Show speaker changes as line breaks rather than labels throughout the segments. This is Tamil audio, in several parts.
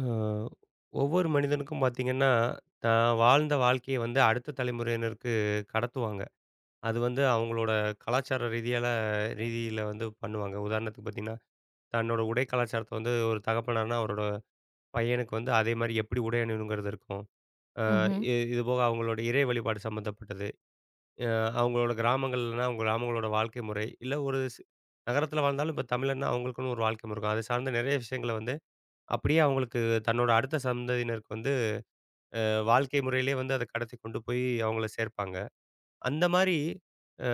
அ ஒவ்வொரு மனிதனுக்கும் பார்த்தீங்கன்னா, தான் வாழ்ந்த வாழ்க்கைய வந்து அடுத்த தலைமுறையினருக்கு கடத்துவாங்க. அது வந்து அவங்களோட கலாச்சார ரீதியில வந்து பண்ணுவாங்க. உதாரணத்துக்கு பார்த்தீங்கன்னா, தன்னோட உடை கலாச்சாரத்த வந்து ஒரு தகப்பனார்னா, அவரோட பையனுக்கு வந்து அதே மாரி எப்படி உடை அணியணுங்கிறது இருக்கும். அ
ம்ஹ்ம்.
இ இதுபோக அவங்களோட இறை வழிபாடு சம்மந்தப்பட்டது. அ அவங்களோட கிராமங்கள்லனா, அவங்க கிராமங்களோட வாழ்க்கை முறை, இல்ல ஒரு நகரத்தில வாழ்ந்தாலும், இப்ப தமிழன்னா அவங்களுக்குன்னு ஒரு வாழ்க்கை முறை இருக்கும். அது சார்ந்த நெறைய விஷயங்கள வந்து அப்படியே அவங்களுக்கு தன்னோட அடுத்த சந்ததியினருக்கு வந்து வாழ்க்கை முறையிலே வந்து அத கடத்தி கொண்டு போய் அவங்கள சேர்ப்பாங்க. அந்த மாரி அ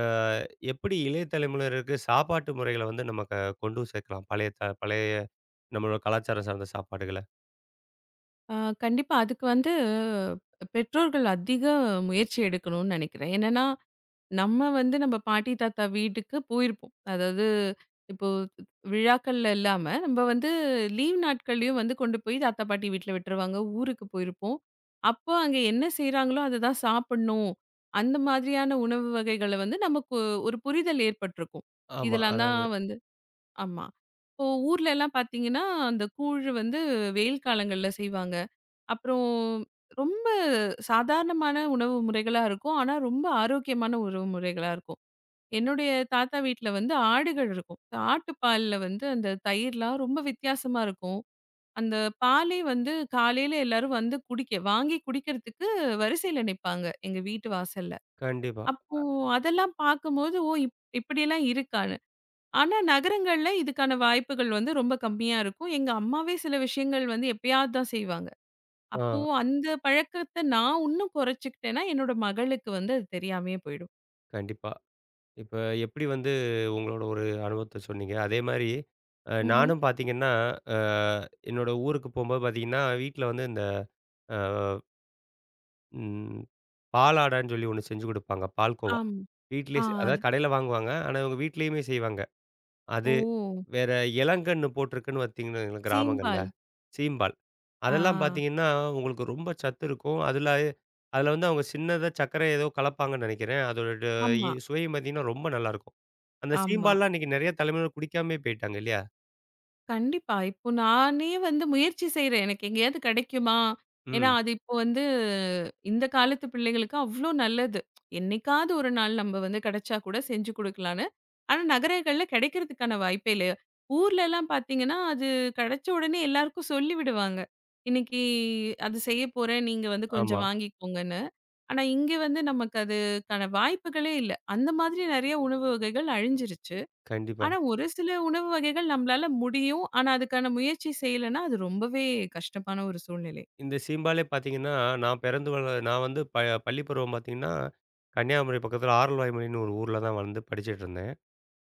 எப்படி இளைய தலைமுறையினருக்கு சாப்பாட்டு முறைகள வந்து நம்ம கொண்டு சேர்க்கலாம்? பழைய நம்மளோட கலாச்சாரம் சார்ந்த சாப்பாடுகள.
ஆ கண்டிப்பா. அதுக்கு வந்து பெற்றோர்கள் அதிக முயற்சி எடுக்கணும்னு நெனைக்கிறேன். என்னன்னா, நம்ம வந்து நம்ம பாட்டி, தாத்தா வீட்டுக்கு போயிருப்போம். அதாவது இப்போ விழாக்கள்ல இல்லாம, நம்ம வந்து லீவ் நாட்கள்லயும் வந்து கொண்டு போய் தாத்தா, பாட்டி வீட்ல விட்டுருவாங்க. ஊருக்கு போயிருப்போம். அப்போ அங்க என்ன செய்றாங்களோ, அதுதான் சாப்பிடணும். அந்த மாதிரியான உணவு வகைகள வந்து நமக்கு ஒரு புரிதல் ஏற்பட்டிருக்கும்.
ஆமா.
இதெல்லாம்
அதான்
தான் வந்து ஆமா. இப்போ ஊர்லலாம் பார்த்தீங்கன்னா, அந்த கூழ் வந்து வெயில் காலங்கள்ல செய்வாங்க. அப்புறம் ரொம்ப சாதாரணமான உணவு முறைகளா இருக்கும். ஆனா, ரொம்ப ஆரோக்கியமான உணவு முறைகளா இருக்கும். என்னுடைய தாத்தா வீட்ல வந்து ஆடுகள் இருக்கும். ஆட்டுப்பால்ல வந்து அந்த தயிர்லாம் ரொம்ப வித்தியாசமா இருக்கும். அந்த பாலே வந்து காலையில எல்லாரும் வந்து குடிக்க வாங்கி குடிக்கிறதுக்கு வரிசையில நிப்பாங்க, எங்க வீட்டு வாசல்ல.
கண்டிப்பா.
அப்போ அதெல்லாம் பார்க்கும்போது, ஓ! இப்படியெல்லாம் இருக்கான்னு. ஆனா, நகரங்கள்ல இதுக்கான வாய்ப்புகள் வந்து ரொம்ப கம்மியா இருக்கும். எங்க அம்மாவே சில விஷயங்கள் வந்து எப்பயாவது தான் செய்வாங்க.
ஆ
அப்போ அந்த பழக்கத்த நான் உன்னும் குறைச்சுக்கிட்டேன்னா, என்னோட மகளுக்கு வந்து அது தெரியாமயே போயிடும்.
கண்டிப்பா. இப்ப எப்படி வந்து உங்களோட ஒரு அனுபவத்த சொன்னீங்க. அதே மாரி
ம்ஹ்ம்.
நானும் பார்த்தீங்கன்னா, அ என்னோட ஊருக்கு போம்போது பார்த்தீங்கன்னா, வீட்ல வந்து இந்த அ ம். பாலாடைன்னு சொல்லி ஒண்ணு செஞ்சு குடுப்பாங்க. பால்கோவா.
ஆம்.
வீட்லயே
ஆ.
அதாவது கடையில வாங்குவாங்க. ஆனா, இவங்க வீட்லயுமே செய்வாங்க. அது
ஓ!
வேற இளங்கன்னு போட்டிருக்குன்னு பார்த்தீங்கன்னா கிராமங்கள்ல.
சீம்பால்.
சீம்பால்.
ஆ.
அதெல்லாம் பார்த்தீங்கன்னா, உங்களுக்கு ரொம்ப சத்து இருக்கும். அதுல அதுல வந்து அவங்க சின்னதா சர்க்கரை ஏதோ கலப்பாங்கன்னு நெனைக்கிறேன். அதோட ட இ
ஆமா,
சுவையும் பார்த்தீங்கன்னா, ரொம்ப நல்லாருக்கும். அந்த
ஆமா.
சீம்பால்லாம் இன்னைக்கு நெறைய தலைமுறையினர் குடிக்காமயே போயிட்டாங்க இல்லையா?
கண்டிப்பா. இப்போ நானே வந்து முயற்சி செய்றேன். எனக்கு எங்கேயாவது கிடைக்குமா? ஏன்னா,
ம்.
அது இப்போ வந்து இந்த காலத்து பிள்ளைகளுக்கு அவ்ளோ நல்லது. என்னைக்காவது ஒரு நாள் நம்ம வந்து கிடைச்சா கூட செஞ்சு குடுக்கலான்னு. ஆனா, நகரங்கள்ல கிடைக்கிறதுக்கான வாய்ப்பே இல்ல. ஊர்லலாம் பார்த்தீங்கன்னா, அது கிடைச்ச உடனே எல்லாருக்கும் சொல்லி விடுவாங்க. இன்னைக்கு அது செய்ய போறேன். நீங்க வந்து
ஆமா.
கொஞ்சம் வாங்கிக்கோங்கன்னு. ஆனா, இங்க வந்து நமக்கு அதுக்கான வாய்ப்புகளே இல்ல. அந்த மாதிரி நெறைய உணவு வகைகள் அழிஞ்சிருச்சு.
கண்டிப்பா.
ஆனா, ஒரு சில உணவு வகைகள் நம்மளால முடியும். ஆனா, அதுக்கான முயற்சி செய்யலன்னா, அது ரொம்பவே கஷ்டமான ஒரு சூழ்நிலை.
இந்த சீம்பாலே பார்த்தீங்கன்னா, நான் பிறந்து நான் வந்து பள்ளி பருவம் பார்த்தீங்கன்னா, கன்னியாகுமரி பக்கத்தில ஆரல்வாய்மொழின்னு ஒரு ஊர்ல தான் வளர்ந்து படிச்சுட்டுருந்தேன்.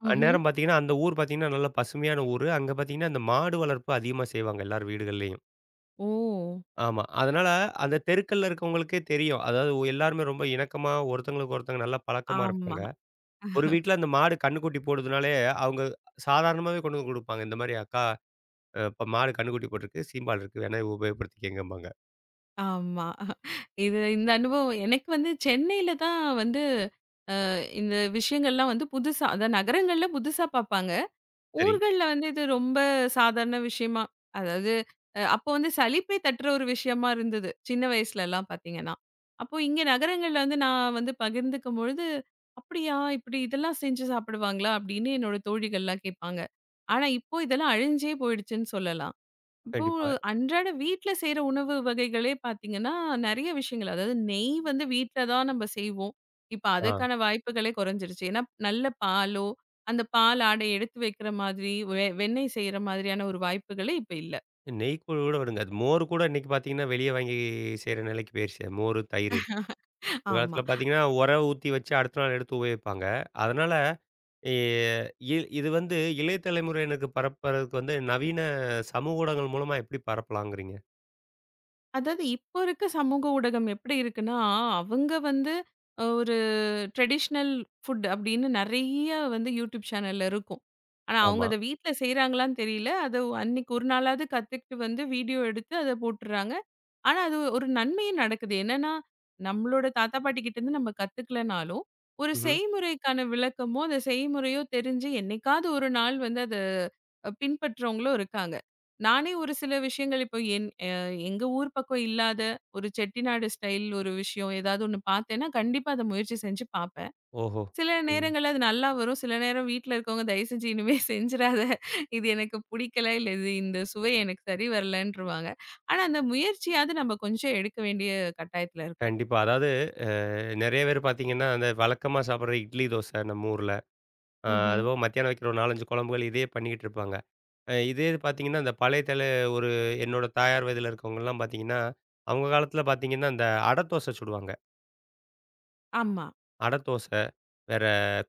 ம்ஹ்ம்.
அந்நேரம் பார்த்தீங்கன்னா, அந்த ஊர் பார்த்தீங்கன்னா, நல்ல பசுமையான ஊரு. அங்க பார்த்தீங்கன்னா, இந்த மாடு வளர்ப்பு அதிகமா செய்வாங்க எல்லார் வீடுகள்லயும்.
ஓ!
ஆமா. அதனால அந்த தெருக்கள்ல இருக்கவங்களுக்கே தெரியும். அதாவது எல்லாருமே ரொம்ப இணக்கமா ஒருத்தங்களுக்கு ஒருத்தங்க நல்லா பழக்கமா
ஆமா,
இருப்பாங்க. ஒரு வீட்ல அந்த மாடு கன்னுக்குட்டி போடுதுனாலே, அவங்க சாதாரணமாவே கொண்டு வந்து குடுப்பாங்க. இந்த மாரி "அக்கா, இப்ப மாடு கன்னுக்குட்டி போட்டிருக்கு. சீம்பால் இருக்கு. வேணா இத உபயோகப்படுத்திக்கங்கம்பாங்க."
ஆமா. இது இந்த அனுபவம் எனக்கு வந்து சென்னையில தான் வந்து இந்த விஷயங்கள்லாம் வந்து புதுசா அதான் நகரங்கள்ல புதுசா பார்ப்பாங்க.
சரி.
ஊர்கள்ல வந்து இது ரொம்ப சாதாரண விஷயமா அதாவது அப்போ வந்து சலிப்பை தட்டுற ஒரு விஷயமா இருந்தது. சின்ன வயசுலலாம் பார்த்தீங்கன்னா. அப்போ இங்க நகரங்கள்ல வந்து நான் வந்து பகிர்ந்துக்கும் பொழுது, "அப்படியா! இப்படி இதெல்லாம் செஞ்சு சாப்பிடுவாங்களா?" அப்படின்னு என்னோட தோழிகள்லாம் கேட்பாங்க. ஆனா இப்போ இதெல்லாம் அழிஞ்சே போயிடுச்சுன்னு சொல்லலாம். இப்போ
கண்டிப்பா.
அன்றாட வீட்ல செய்ற உணவு வகைகளே பார்த்தீங்கன்னா, நெறைய விஷயங்கள். அதாவது நெய் வந்து வீட்ல தான் நம்ம செய்வோம். இப்ப
ஆ.
அதற்கான வாய்ப்புகளே குறைஞ்சிருச்சு. ஏன்னா, நல்ல பாலோ, அந்த பால் ஆடை எடுத்து வைக்கிற மாதிரி, வெண்ணெய் செய்ற மாதிரியான ஒரு வாய்ப்புகளே இப்ப இல்ல.
நெய் கூட விடுங்க. அது மோர் கூட இன்னைக்கு பார்த்தீங்கன்னா, வெளிய வாங்கி செய்ற நிலைக்கு போயிருச்சு. மோரு, தயிரு. ஒரு
ஆமா.
காலத்துல பார்த்தீங்கன்னா, உர ஊத்தி வச்சு அடுத்த நாள் எடுத்து உபயோகிப்பாங்க. அதனால எ இ இது வந்து இளைய தலைமுறையினருக்கு பரப்புறதுக்கு வந்து நவீன சமூக ஊடகங்கள் மூலமா எப்படி பரப்பலாங்கிறீங்க?
அதாவது இப்ப இருக்க சமூக ஊடகம் எப்படி இருக்குன்னா, அவங்க வந்து ஒரு ட்ரெடிஷ்னல் ஃபுட் அப்படின்னு நெறைய வந்து யூடியூப் சேனல்ல இருக்கும். ஆனா, அவங்க
ஆமா.
அத வீட்ல செய்றாங்களான்னு தெரியல. அத அன்னைக்கு ஒரு நாளாவது கத்துக்கிட்டு வந்து வீடியோ எடுத்து அத போட்டுர்றாங்க. ஆனா, அது ஒரு நன்மையும் நடக்குது. என்னன்னா, நம்மளோட தாத்தா பாட்டிகிட்ட இருந்து நம்ம கத்துக்கலனாலும், ஒரு
ம்ஹ்ம்.
செய்முறைக்கான விளக்கமோ, அந்த செய்முறையோ தெரிஞ்சு என்னைக்காவது ஒரு நாள் வந்து அத பின்பற்றவங்களும் இருக்காங்க. நானே ஒரு சில விஷயங்கள் இப்போ என் எங்க ஊர் பக்கம் இல்லாத ஒரு செட்டிநாடு ஸ்டைல் ஒரு விஷயம் ஏதாவது ஒண்ணு பார்த்தேன்னா, கண்டிப்பா அத முயற்சி செஞ்சு பார்ப்பேன்.
ஓஹோ!
சில
ம்.
நேரங்கள்ல அது நல்லா வரும். சில நேரம் வீட்ல இருக்கவங்க தயவு செஞ்சு இனிமே செஞ்சிராத. இது எனக்கு புடிக்கல. இல்ல இது இந்த சுவை எனக்கு சரி வரலன்ருவாங்க. ஆனா அந்த முயற்சியாவது நம்ம கொஞ்சம் எடுக்க வேண்டிய கட்டாயத்துல இருக்கோம்.
கண்டிப்பா. அதாவது அ நெறைய பேர் பார்த்தீங்கன்னா, அந்த வழக்கமா சாப்பிடுற இட்லி, தோசை நம்ம ஊர்ல.
ம்ஹ்ம்.
அதுபோக மத்தியானம் வைக்கிற ஒரு 4, 5 குழம்புகள் இதையே பண்ணிக்கிட்டு இருப்பாங்க. இதே இது பார்த்தீங்கன்னா, இந்த பழைய தலை ஒரு என்னோட தாயார் வயதில இருக்கவங்கலாம் பார்த்தீங்கன்னா, அவங்க காலத்தில பார்த்தீங்கன்னா, இந்த அடை தோசை சுடுவாங்க.
ஆமா.
அடை தோசை, வேற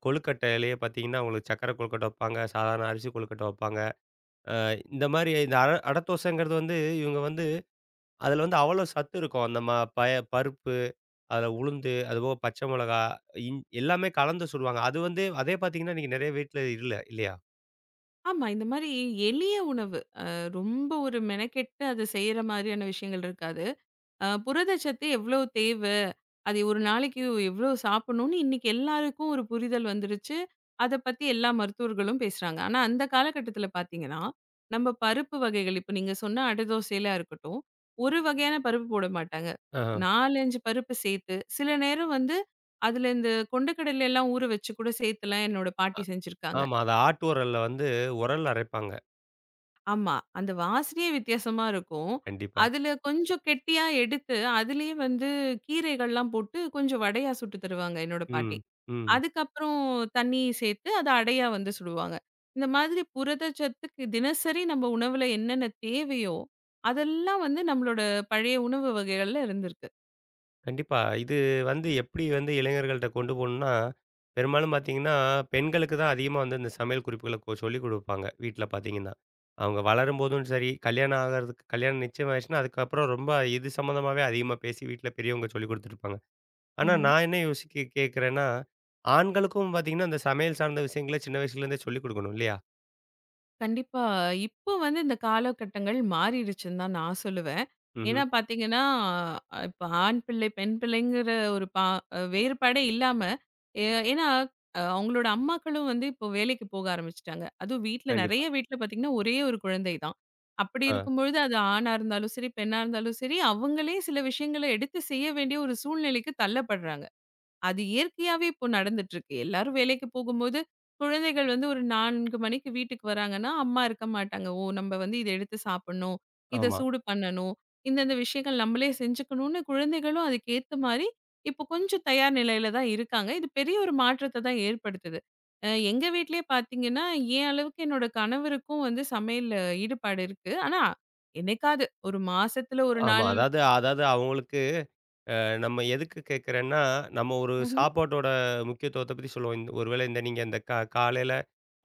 கொழுக்கட்டையிலேயே பார்த்தீங்கன்னா, அவங்களுக்கு சக்கரை கொழுக்கட்டை வைப்பாங்க, சாதாரண அரிசி கொழுக்கட்டை வைப்பாங்க. இந்த மாரி இந்த அடை தோசைங்கிறது வந்து இவங்க வந்து அதில வந்து அவ்வளோ சத்து இருக்கும். அந்த பய பருப்பு, அதில உளுந்து, அதுபோக பச்சை மிளகா, எல்லாமே கலந்து சுடுவாங்க. அது வந்து அதே பார்த்தீங்கன்னா, இன்னைக்கு நெறைய வீட்ல இல்ல இல்லையா?
ஆமா. இந்த மாரி எளிய உணவு. ரொம்ப ஒரு மெனக்கெட்டு அத செய்ற மாரியான விஷயங்கள் இருக்காது. புரதச்சத்து எவ்வளோ தேவை? அது ஒரு நாளைக்கு எவ்வளோ சாப்பிடணும்னு இன்னைக்கு எல்லாருக்கும் ஒரு புரிதல் வந்துருச்சு. அத பத்தி எல்லா மருத்துவர்களும் பேசுறாங்க. ஆனா அந்த காலகட்டத்தில பார்த்தீங்கன்னா, நம்ம பருப்பு வகைகள் இப்ப நீங்க சொன்ன அடை தோசையில இருக்கட்டும், ஒரு வகையான பருப்பு போட மாட்டாங்க.
ஆஹ.
4, 5 பருப்பு சேர்த்து, சில நேரம் வந்து அதில இந்த கொண்டைக்கடலை எல்லாம் ஊற வச்சு கூட சேர்த்துலாம் என்னோட பாட்டி செஞ்சிருக்காங்க.
ஆமா. அத ஆட்டு உரல்ல வந்து உரல்ல அரைப்பாங்க.
ஆமா. அந்த வாசனையே வித்தியாசமா இருக்கும்.
கண்டிப்பா.
அதுல கொஞ்சம் கெட்டியா எடுத்து, அதிலேயே வந்து கீரைகள்லாம் போட்டு கொஞ்சம் வடையா சுட்டு தருவாங்க என்னோட பாட்டி.
ம், ம்.
அதுக்கப்புறம் தண்ணி சேர்த்து அத அடையா வந்து சுடுவாங்க. இந்த மாதிரி புரதச்சத்துக்கு தினசரி நம்ம உணவுல என்னென்ன தேவையோ, அதெல்லாம் வந்து நம்மளோட பழைய உணவு வகைகள்ல இருந்திருக்கு.
கண்டிப்பா. இது வந்து எப்படி வந்து இளைஞர்கள்ட்ட கொண்டு போணும்னா, பெரும்பாலும் பார்த்தீங்கன்னா, பெண்களுக்கு தான் அதிகமா வந்து இந்த சமையல் குறிப்புகள சொல்லிக் குடுப்பாங்க, வீட்ல பார்த்தீங்கன்னா. அவங்க வளரும்போதும் சரி, கல்யாணம் நிச்சயம் ஆயிருச்சுன்னா, அதுக்கப்புறம் ரொம்ப இது சம்மந்தமாவே அதிகமா பேசி வீட்ல பெரியவங்க சொல்லிக் குடுத்துருப்பாங்க. ஆனா
ம்ஹ்ம்.
நான் என்ன யோசிக்க கேட்கிறேன்னா, ஆண்களுக்கும் பார்த்தீங்கன்னா, அந்த சமையல் சார்ந்த விஷயங்கள சின்ன வயசுலேருந்தே சொல்லிக் குடுக்கணும் இல்லையா?
கண்டிப்பா. இப்போ வந்து இந்த காலகட்டங்கள் மாறிடுச்சுன்னு தான் நான் சொல்லுவேன். ஏன்னா
ம்ஹ்ம்.
பார்த்தீங்கன்னா, இப்ப ஆண் பிள்ளை, பெண் பிள்ளைங்கிற ஒரு பா வேறுபாடே இல்லாம, ஏ ஏன்னா அவங்களோட அம்மாக்களும் வந்து இப்போ வேலைக்கு போக ஆரம்பிச்சுட்டாங்க. அதுவும்
கண்டிப்பா.
வீட்ல பார்த்தீங்கன்னா, ஒரே ஒரு குழந்தை தான். அப்படி
ஆ.
இருக்கும்பொழுது அது ஆணா இருந்தாலும் சரி, பெண்ணா இருந்தாலும் சரி, அவங்களே சில விஷயங்கள எடுத்து செய்ய வேண்டிய ஒரு சூழ்நிலைக்கு தள்ளப்படுறாங்க. அது இயற்கையாவே இப்போ நடந்துட்டு இருக்கு. எல்லாரும் வேலைக்கு போகும்போது, குழந்தைகள் வந்து ஒரு 4 மணிக்கு வீட்டுக்கு வராங்கன்னா, அம்மா இருக்க மாட்டாங்க. "ஓ! நம்ம வந்து இத எடுத்து சாப்பிடணும். இத
ஆமா,
சூடு பண்ணணும். இந்தந்த விஷயங்கள் நம்மளே செஞ்சுக்கணும்னு" குழந்தைகளும் அதுக்கேத்த மாரி இப்போ கொஞ்சம் தயார் நிலையில தான் இருக்காங்க. இது பெரிய ஒரு மாற்றத்த தான் ஏற்படுத்துது. எங்க வீட்லயே பார்த்தீங்கன்னா, என் அளவுக்கு என்னோட கணவருக்கும் வந்து சமையல்ல ஈடுபாடு இருக்கு. ஆனா என்னைக்காவது ஒரு மாசத்துல 1
ஆமா.
நாள்.
அதாவது அதாவது அவங்களுக்கு நம்ம எதுக்கு கேட்குறேன்னா, நம்ம ஒரு சாப்பாட்டோட முக்கியத்துவத்த பத்தி சொல்லுவோம். இந்த ஒருவேளை இந்த நீங்க இந்த காலையில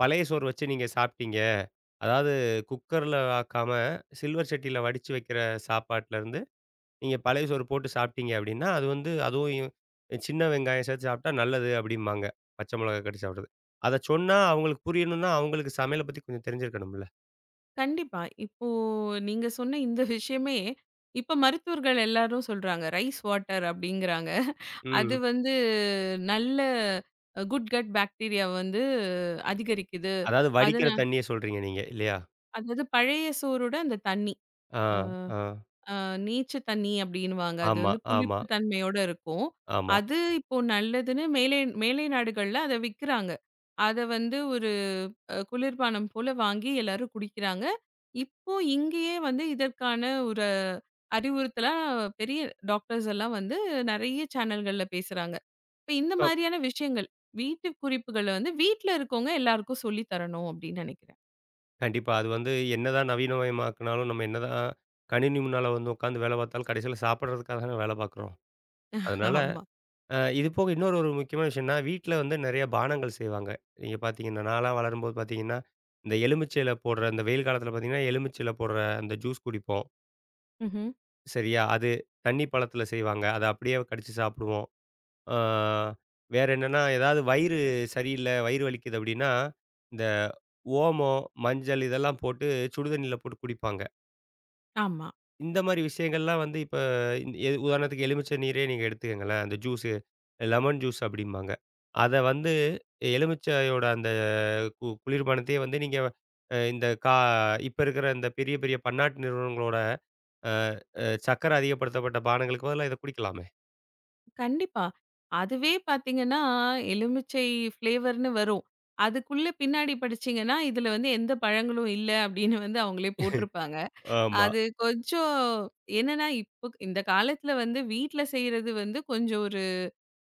பழைய சோறு வச்சு நீங்க சாப்பிட்டீங்க. அதாவது குக்கர்ல ஆக்காம, சில்வர் சட்டியில வடிச்சு வைக்கிற சாப்பாட்டுலருந்து, நீங்க பழைய சோறு போட்டு சாப்பிட்டீங்க அப்படின்னா, அது வந்து அதுவும் சின்ன வெங்காயம் சேர்த்து சாப்பிட்டா நல்லது அப்படிம்பாங்க. பச்சை மிளகா கட்டி சாப்பிடுறது. அத சொன்னா அவங்களுக்கு புரியணும்னா, அவங்களுக்கு சமையல பத்தி கொஞ்சம் தெரிஞ்சிருக்கணும்ல.
கண்டிப்பா. இப்போ நீங்க சொன்ன இந்த விஷயமே, இப்ப மருத்துவர்கள் எல்லாரும் சொல்றாங்க. ரைஸ் வாட்டர் அப்படிங்கிறாங்க. அது
ம்.
வந்து நல்ல குட் கட் பாக்டீரியா வந்து அதிகரிக்குது.
அதாவது வடிக்கிற
அதனா
தண்ணிய சொல்றீங்க நீங்க இல்லையா?
அதாவது பழைய சோறோட அந்த தண்ணி.
ஆ, ஆ.
அ நீச்சு தண்ணி அப்படின்னுவாங்க. அது
ஆமா,
வந்து
ஆமா,
புளிப்பு தன்மையோட இருக்கும்.
ஆமா.
அது இப்போ நல்லதுன்னு மேலை மேலை நாடுகள்ல அத விக்கிறாங்க. அத வந்து ஒரு குளிர்பானம் போல வாங்கி எல்லாரும் குடிக்கிறாங்க. இப்போ இங்கேயே வந்து இதற்கான ஒரு அறிவுறுத்தலா பெரிய டாக்டர்ஸ் எல்லாம் வந்து நெறைய சேனல்கள்ல பேசுறாங்க. இப்ப இந்த மாதிரியான விஷயங்கள், வீட்டு குறிப்புகள வந்து வீட்ல இருக்கவங்க எல்லாருக்கும் சொல்லி தரணும் அப்படின்னு நெனைக்கிறேன்.
கண்டிப்பா. அது வந்து என்னதான் நவீனமயமாக்குனாலும், நம்ம என்னதான் கணினி முன்னால வந்து உட்காந்து வேலை பார்த்தாலும், கடைசியில சாப்பிடுறதுக்காக தானே வேலை பார்க்குறோம். அதனால
ஆமா.
இது போக இன்னொரு முக்கியமான விஷயம்னா, வீட்ல வந்து நெறைய பானங்கள் செய்வாங்க. நீங்க பார்த்தீங்கன்னா, நான்லாம் வளரும்போது பார்த்தீங்கன்னா, இந்த எலுமிச்சையில போடுற இந்த வெயில் காலத்தில பார்த்தீங்கன்னா, எலுமிச்சையில போடுற அந்த ஜூஸ் குடிப்போம்.
ம்ஹ்ம்.
சரியா? அது தண்ணி பழத்தில செய்வாங்க. அத அப்படியே கடிச்சு சாப்பிடுவோம். ஆ வேற என்னன்னா, ஏதாவது வயிறு சரியில்ல, வயிறு வலிக்குது அப்படின்னா, இந்த ஓமம், மஞ்சள் இதெல்லாம் போட்டு சுடுதண்ணியில போட்டு குடிப்பாங்க.
ஆமா.
இந்த மாரி விஷயங்கள்லாம் வந்து இப்ப இந் எ உதாரணத்துக்கு எலுமிச்சை நீரே நீங்க எடுத்துக்கங்களேன். அந்த ஜூஸு லெமன் ஜூஸ் அப்டிம்பாங்க. அத வந்து எலுமிச்சையோட அந்த குளிர்பானத்தையே வந்து நீங்க இந்த இப்ப இருக்கிற இந்த பெரிய, பெரிய பன்னாட்டு நிறுவனங்களோட அ அ சர்க்கரை அதிகப்படுத்தப்பட்ட பானங்களுக்கு பதிலா இத குடிக்கலாமே.
கண்டிப்பா. அதுவே பார்த்தீங்கன்னா, எலுமிச்சை ஃப்ளேவர்ன்னு வரும். அதுக்குள்ள பின்னாடி படிச்சீங்கன்னா, இதுல வந்து எந்த பழங்களும் இல்ல அப்படின்னு வந்து அவங்களே போட்டிருப்பாங்க.
ஆமா,
அது கொஞ்சம் என்னன்னா, இப்போ இந்த காலத்துல வந்து வீட்ல செய்றது வந்து கொஞ்சம்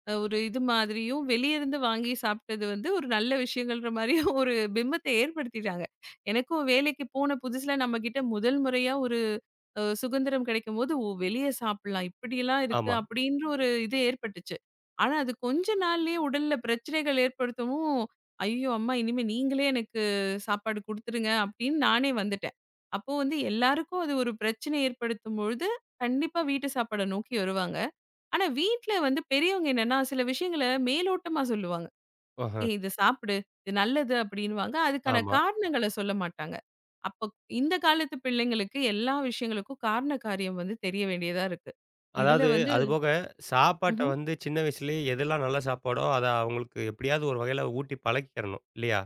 ஒரு இது மாதிரியும், வெளிய இருந்து வாங்கி சாப்பிட்டது வந்து ஒரு நல்ல விஷயங்கள்ன்ற மாரியும் ஒரு பிம்பத்த ஏற்படுத்திட்டாங்க. எனக்கும் வேலைக்கு போன புதுசுல நம்மகிட்ட முதல் முறையா ஒரு சுதந்திரம் கிடைக்கும்போது, "ஓ! வெளிய சாப்பிடலாம். இப்படியெல்லாம் இருக்கு."
ஆமா.
அப்படின்ற ஒரு இது ஏற்பட்டுச்சு. ஆனா அது கொஞ்ச நாள்லயே உடல்ல பிரச்சனைகள் ஏற்படுத்தவும், "ஐயோ! அம்மா இனிமே நீங்களே எனக்கு சாப்பாடு குடுத்துருங்க." அப்படின்னு நானே வந்துட்டேன். அப்போ வந்து எல்லாருக்கும் அது ஒரு பிரச்சனை ஏற்படுத்தும் பொழுது, கண்டிப்பா வீட்டு சாப்பாட நோக்கி வருவாங்க. ஆனா வீட்ல வந்து பெரியவங்க என்னன்னா, சில விஷயங்கள மேலோட்டமா சொல்லுவாங்க.
ஆஹ.
"ஏய் இத சாப்பிடு. இது நல்லது" அப்படின்னுவாங்க. அதுக்கான
ஆமா.
காரணங்கள சொல்ல மாட்டாங்க. அப்ப இந்த காலத்து பிள்ளைங்களுக்கு எல்லா விஷயங்களுக்கும் காரண காரியம் வந்து தெரிய வேண்டியதா இருக்கு. இதுல
அதாவது
வந்து
அதுபோக சாப்பாட்ட
ம்ஹ்ம்.
வந்து சின்ன வயசுலயே எதெல்லாம் நல்ல சாப்பாடோ, அத அவங்களுக்கு எப்டியாவது ஒரு வகையில ஊட்டி பழக்கிறணும் இல்லையா?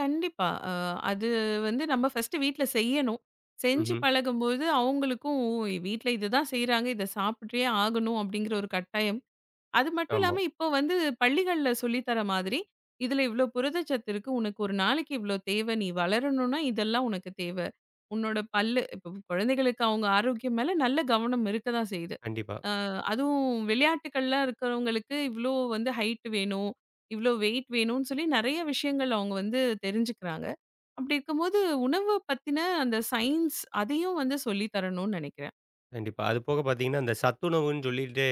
கண்டிப்பா. அது வந்து நம்ம ஃபர்ஸ்ட்டு வீட்ல செய்யணும். செஞ்சு
ம்ஹ்ம்.
பழகும்போது அவங்களுக்கும் வீட்ல இதுதான் செய்றாங்க. இத சாப்பிட்டே ஆகணும் அப்படிங்கிற ஒரு கட்டாயம் அது மட்டும்
ஆமா.
இல்லாம, இப்போ வந்து பள்ளிகள்ல சொல்லி தர மாதிரி, "இதுல இவ்ளோ புரதச்சத்து இருக்கு. உனக்கு ஒரு நாளைக்கு இவ்ளோ தேவை. நீ வளரணும்னா இதெல்லாம் உனக்கு தேவை. உன்னோட பல்லு" இப்போ குழந்தைகளுக்கு அவங்க ஆரோக்கியம் மேல நல்ல கவனம் இருக்க தான் செய்யுது.
கண்டிப்பா.
அ அதுவும் விளையாட்டுக்கள்ல இருக்கிறவங்களுக்கு இவ்ளோ வந்து ஹைட் வேணும், இவ்ளோ வெயிட் வேணும்னு சொல்லி நெறைய விஷயங்கள் அவங்க வந்து தெரிஞ்சுக்கிறாங்க. அப்படி இருக்கும்போது உணவ பத்தின அந்த சயின்ஸ் அதையும் வந்து சொல்லி தரணும்னு நெனைக்கிறேன்.
கண்டிப்பா. அது போக பார்த்தீங்கன்னா, அந்த சத்துணவுன்னு சொல்லிட்டு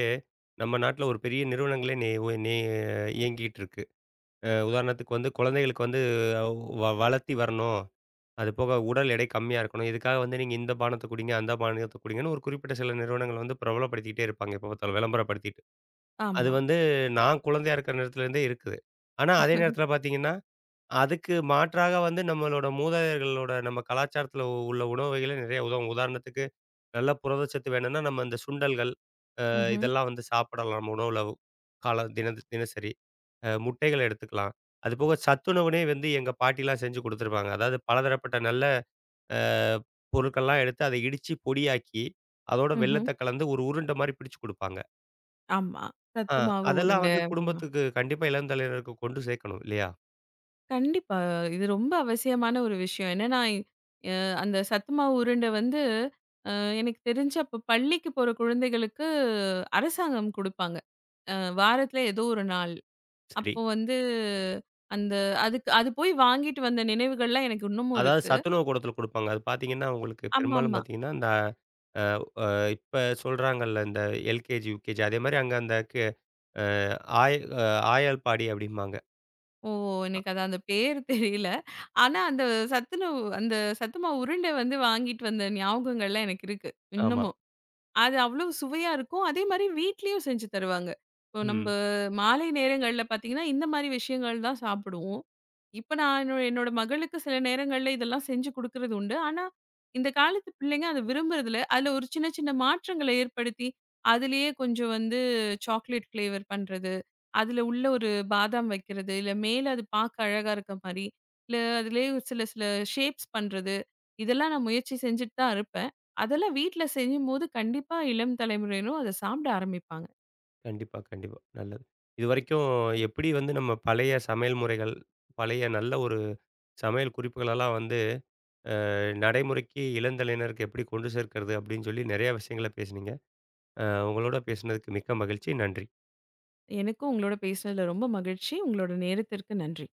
நம்ம நாட்ல ஒரு பெரிய நிறுவனங்களே நே ஒ நே இயங்கிட்டு இருக்கு. உதாரணத்துக்கு வந்து குழந்தைகளுக்கு வந்து வளர்த்தி வரணும். அது போக உடல் எடை கம்மியா இருக்கணும். இதுக்காக வந்து நீங்க இந்த பானத்த குடிங்க, அந்த பானத்த குடிங்கன்னு ஒரு குறிப்பிட்ட சில நிறுவனங்கள் வந்து பிரபலப்படுத்திக்கிட்டே இருப்பாங்க. எப்ப பார்த்தாலும் விளம்பரப்படுத்திட்டு. அது
ஆமா.
வந்து நான் குழந்தையா இருக்கிற நேரத்துலேருந்தே இருக்குது. ஆனா அதே நேரத்தில பார்த்தீங்கன்னா, அதுக்கு மாற்றாக வந்து நம்மளோட மூதாதையர்களோட நம்ம கலாச்சாரத்தில உள்ள உணவு வகைகளே நிறைய உதவும். உதாரணத்துக்கு நல்ல புரதச்சத்து வேணும்னா நம்ம இந்த சுண்டல்கள்
ம்ஹ்ம்.
இதெல்லாம் வந்து சாப்பிடலாம் நம்ம உணவுல காலம் தினசரி. முட்டைகள் எடுத்துக்கலாம். அதுபோக சத்துணவுனே வந்து எங்க பாட்டிலாம் செஞ்சு குடுத்துருப்பாங்க. அதாவது பலதரப்பட்ட நல்ல அ பொருட்கள்லாம் எடுத்து அதை இடிச்சு பொடியாக்கி, அதோட
ம்ஹ்ம்.
வெல்லத்த கலந்து ஒரு உருண்ட மாரி பிடிச்சு குடுப்பாங்க.
ஆமா.
ஆ
சத்து மாவு
அதெல்லாம்
உருண்டை.
வந்து குடும்பத்துக்கு கண்டிப்பா இளம் தலைமுறையினருக்கு கொண்டு சேர்க்கணும் இல்லையா?
கண்டிப்பா. இது ரொம்ப அவசியமான ஒரு விஷயம். என்னன்னா, அ அந்த சத்துமாவு உருண்ட வந்து எனக்கு தெரிஞ்சு அப்ப பள்ளிக்கு போற குழந்தைகளுக்கு அரசாங்கம் குடுப்பாங்க. அ வாரத்துல ஏதோ ஒரு நாள்.
சரி.
அப்போ வந்து அந்த அதுக்கு அது போய் வாங்கிட்டு வந்த நினைவுகள்லாம் எனக்கு இன்னமும்
அதாவது
இருக்கு.
சத்துணவு கூடத்தில குடுப்பாங்க. அது பார்த்தீங்கன்னா, உங்களுக்கு பெரும்பாலும்
ஆமாமா.
பார்த்தீங்கன்னா, இந்த அ அ இப்ப சொல்றாங்கல்ல இந்த எல்கேஜி, யுகேஜி அதே மாரி அங்க அந்த கி அ ஆய் அ ஆயாள் பாடி அப்படிம்பாங்க.
ஓ!
அ
எனக்கு அது அந்த பேர் தெரியல. ஆனா அந்த சத்துணவு அந்த சத்துமாவு உருண்ட வந்து வாங்கிட்டு வந்த ஞாபகங்கள்லாம் எனக்கு இருக்கு.
ஆமா.
இன்னமும். அது அவ்ளோ சுவையா இருக்கும். அதே மாரி வீட்லயும் செஞ்சு தருவாங்க. இப்போ நம்ப
ம்.
மாலை நேரங்கள்ல பார்த்தீங்கன்னா, இந்த மாரி விஷயங்கள் தான் சாப்பிடுவோம். இப்ப நான் என்னோட மகளுக்கு சில நேரங்கள்ல இதெல்லாம் செஞ்சு குடுக்குறது உண்டு. ஆனா, இந்த காலத்து பிள்ளைங்க அத விரும்புறதில்ல. அதுல ஒரு சின்ன சின்ன மாற்றங்கள ஏற்படுத்தி, அதிலேயே கொஞ்சம் வந்து சாக்லேட் ஃப்ளேவர் பண்றது, அதுல உள்ள ஒரு பாதாம் வைக்கிறது, இல்ல மேல அது பார்க்க அழகா இருக்க மாரி, இல்ல அதிலேயே சில சில ஷேப்ஸ் பண்றது, இதெல்லாம் நான் முயற்சி செஞ்சுட்டு தான் இருப்பேன். அதெல்லாம் வீட்ல செய்யும்போது கண்டிப்பா இளம் தலைமுறையினரும் அத சாப்பிட ஆரம்பிப்பாங்க.
கண்டிப்பா, கண்டிப்பா. நல்லது. இதுவரைக்கும் எப்படி வந்து நம்ம பழைய சமையல் முறைகள், பழைய நல்ல ஒரு சமையல் குறிப்புகளெல்லாம் வந்து அ நடைமுறைக்கு இளந்தலையினருக்கு எப்படி கொண்டு சேர்க்கிறது அப்படின்னு சொல்லி நிறையா விஷயங்கள பேசுனீங்க. அ உங்களோட பேசுனதுக்கு மிக்க மகிழ்ச்சி. நன்றி.
எனக்கும் உங்களோட பேசினதுல ரொம்ப மகிழ்ச்சி. உங்களோட நேரத்திற்கு நன்றி.